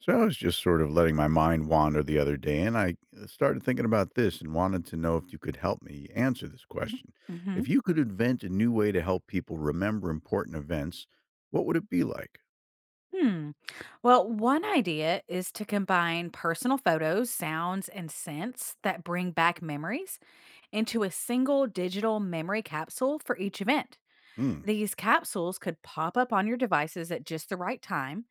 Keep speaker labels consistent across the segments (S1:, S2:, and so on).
S1: So I was just sort of letting my mind wander the other day, and I started thinking about this and wanted to know if you could help me answer this
S2: Mhm.
S1: question. If
S2: Mhm.
S1: you could invent a new way to help people remember important events, what would it be like?
S2: Hmm. Well, one idea is to combine personal photos, sounds, and scents that bring back memories into a single digital memory capsule for each event.
S1: Hmm.
S2: These capsules could pop up on your devices at just the right time.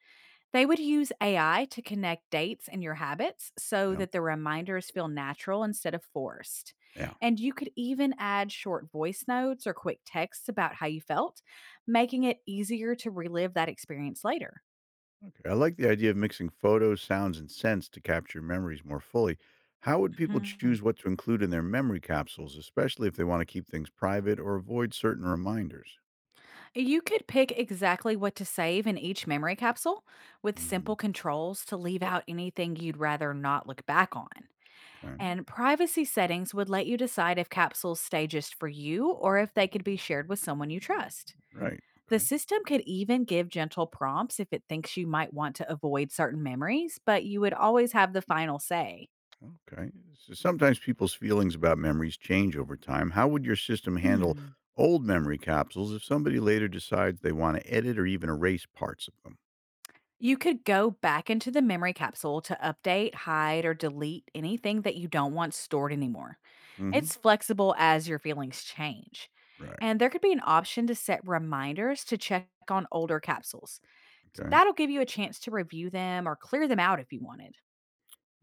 S2: They would use AI to connect dates and your habits so
S1: Yeah.
S2: that the reminders feel natural instead of forced.
S1: Yeah.
S2: And you could even add short voice notes or quick texts about how you felt, making it easier to relive that experience later.
S1: Okay. I like the idea of mixing photos, sounds, and scents to capture memories more fully. How would people
S2: Hmm.
S1: choose what to include in their memory capsules, especially if they want to keep things private or avoid certain reminders?
S2: You could pick exactly what to save in each memory capsule with
S1: Hmm.
S2: simple controls to leave out anything you'd rather not look back on.
S1: Okay.
S2: And privacy settings would let you decide if capsules stay just for you or if they could be shared with someone you trust.
S1: Right.
S2: The
S1: Okay.
S2: system could even give gentle prompts if it thinks you might want to avoid certain memories, but you would always have the final say.
S1: Okay. So sometimes people's feelings about memories change over time. How would your system handle
S2: Hmm.
S1: old memory capsules if somebody later decides they want to edit or even erase parts of them?
S2: You could go back into the memory capsule to update, hide, or delete anything that you don't want stored anymore.
S1: Hmm.
S2: It's flexible as your feelings change.
S1: Right.
S2: And there could be an option to set reminders to check on older capsules.
S1: Okay.
S2: That'll give you a chance to review them or clear them out if you wanted.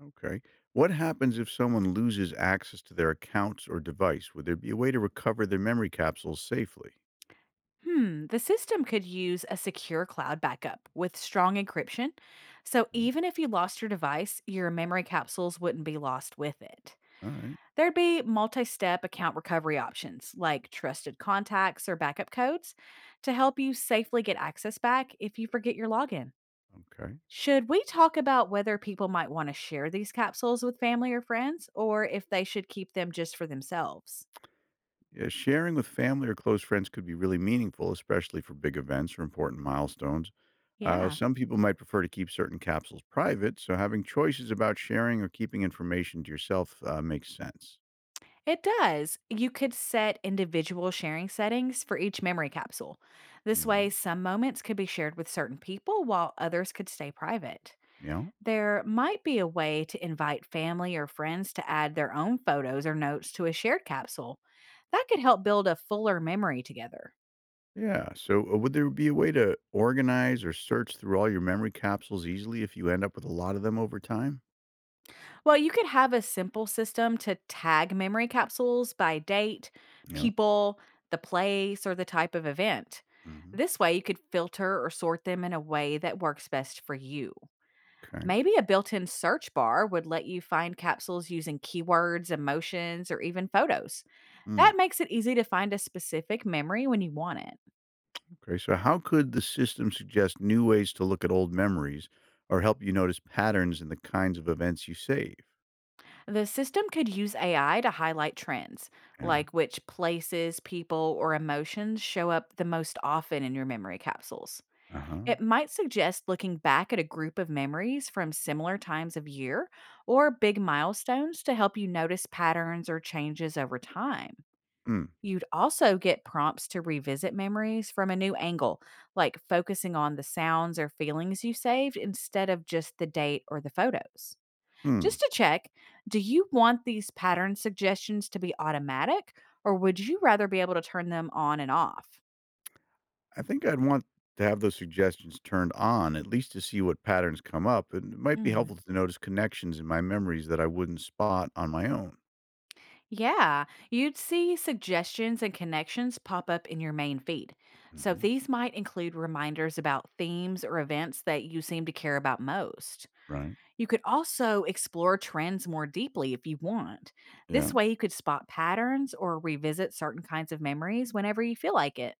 S1: Okay. What happens if someone loses access to their accounts or device? Would there be a way to recover their memory capsules safely?
S2: Hmm, the system could use a secure cloud backup with strong encryption. So
S1: Yeah.
S2: even if you lost your device, your memory capsules wouldn't be lost with it.
S1: All right.
S2: There'd be multi step account recovery options like trusted contacts or backup codes to help you safely get access back if you forget your login.
S1: Okay.
S2: Should we talk about whether people might want to share these capsules with family or friends, or if they should keep them just for themselves?
S1: Yeah, sharing with family or close friends could be really meaningful, especially for big events or important milestones.
S2: Yeah,
S1: Some people might prefer to keep certain capsules private, so having choices about sharing or keeping information to yourself, makes sense.
S2: it does. You could set individual sharing settings for each memory capsule. This way,
S1: Hmm.
S2: some moments could be shared with certain people while others could stay private.
S1: Yeah.
S2: There might be a way to invite family or friends to add their own photos or notes to a shared capsule. That could help build a fuller memory together.
S1: Yeah. So, would there be a way to organize or search through all your memory capsules easily if you end up with a lot of them over time?
S2: Well, you could have a simple system to tag memory capsules by date,
S1: Yeah.
S2: people, the place, or the type of event.
S1: Hmm.
S2: This way, you could filter or sort them in a way that works best for you.
S1: Okay.
S2: Maybe a built in search bar would let you find capsules using keywords, emotions, or even photos.
S1: Mm.
S2: That makes it easy to find a specific memory when you want it.
S1: Okay, so how could the system suggest new ways to look at old memories or help you notice patterns in the kinds of events you save?
S2: The system could use AI to highlight trends,
S1: Yeah.
S2: like which places, people, or emotions show up the most often in your memory capsules.
S1: Uh huh.
S2: It might suggest looking back at a group of memories from similar times of year or big milestones to help you notice patterns or changes over time.
S1: Hmm.
S2: You'd also get prompts to revisit memories from a new angle, like focusing on the sounds or feelings you saved instead of just the date or the photos. Just
S1: Hmm.
S2: to check, do you want these pattern suggestions to be automatic, or would you rather be able to turn them on and off?
S1: I think I'd want to have those suggestions turned on, at least to see what patterns come up. And it might be
S2: Hmm.
S1: helpful to notice connections in my memories that I wouldn't spot on my own.
S2: Yeah, you'd see suggestions and connections pop up in your main feed. So
S1: Hmm.
S2: these might include reminders about themes or events that you seem to care about most.
S1: Right.
S2: You could also explore trends more deeply if you want.
S1: Yeah.
S2: This way, you could spot patterns or revisit certain kinds of memories whenever you feel like it.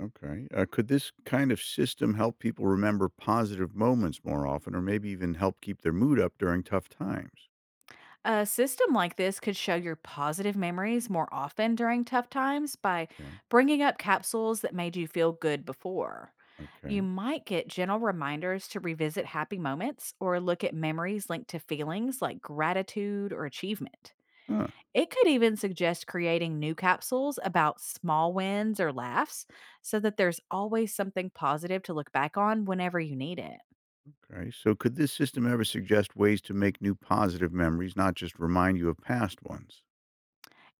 S1: Okay. Could this kind of system help people remember positive moments more often, or maybe even help keep their mood up during tough times?
S2: A system like this could show your positive memories more often during tough times by
S1: Yeah.
S2: bringing up capsules that made you feel good before. You
S1: Okay.
S2: might get gentle reminders to revisit happy moments or look at memories linked to feelings like gratitude or achievement.
S1: Huh.
S2: It could even suggest creating new capsules about small wins or laughs so that there's always something positive to look back on whenever you need it.
S1: Okay, so could this system ever suggest ways to make new positive memories, not just remind you of past ones?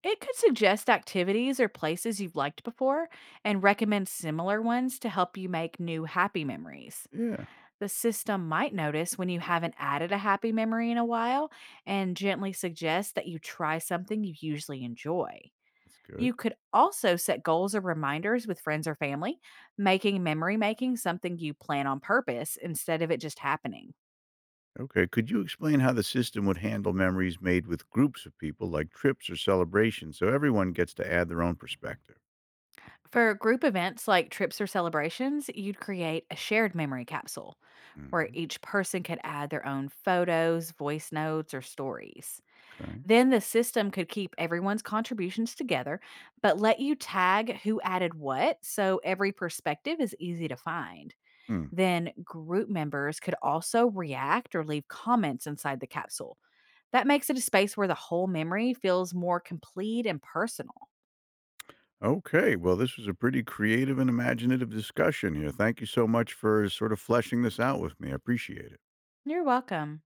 S2: It could suggest activities or places you've liked before and recommend similar ones to help you make new happy memories.
S1: Yeah,
S2: The system might notice when you haven't added a happy memory in a while and gently suggest that you try something you usually enjoy.
S1: that's good.
S2: You could also set goals or reminders with friends or family, making memory making something you plan on purpose instead of it just happening.
S1: Okay, could you explain how the system would handle memories made with groups of people, like trips or celebrations, so everyone gets to add their own perspective?
S2: For group events like trips or celebrations, you'd create a shared memory capsule where
S1: Hmm.
S2: each person could add their own photos, voice notes, or stories.
S1: Okay.
S2: Then the system could keep everyone's contributions together, but let you tag who added what so every perspective is easy to find.
S1: Hmm.
S2: Then group members could also react or leave comments inside the capsule. That makes it a space where the whole memory feels more complete and personal.
S1: Okay, well, this was a pretty creative and imaginative discussion here. Thank you so much for sort of fleshing this out with me. I appreciate it.
S2: You're welcome.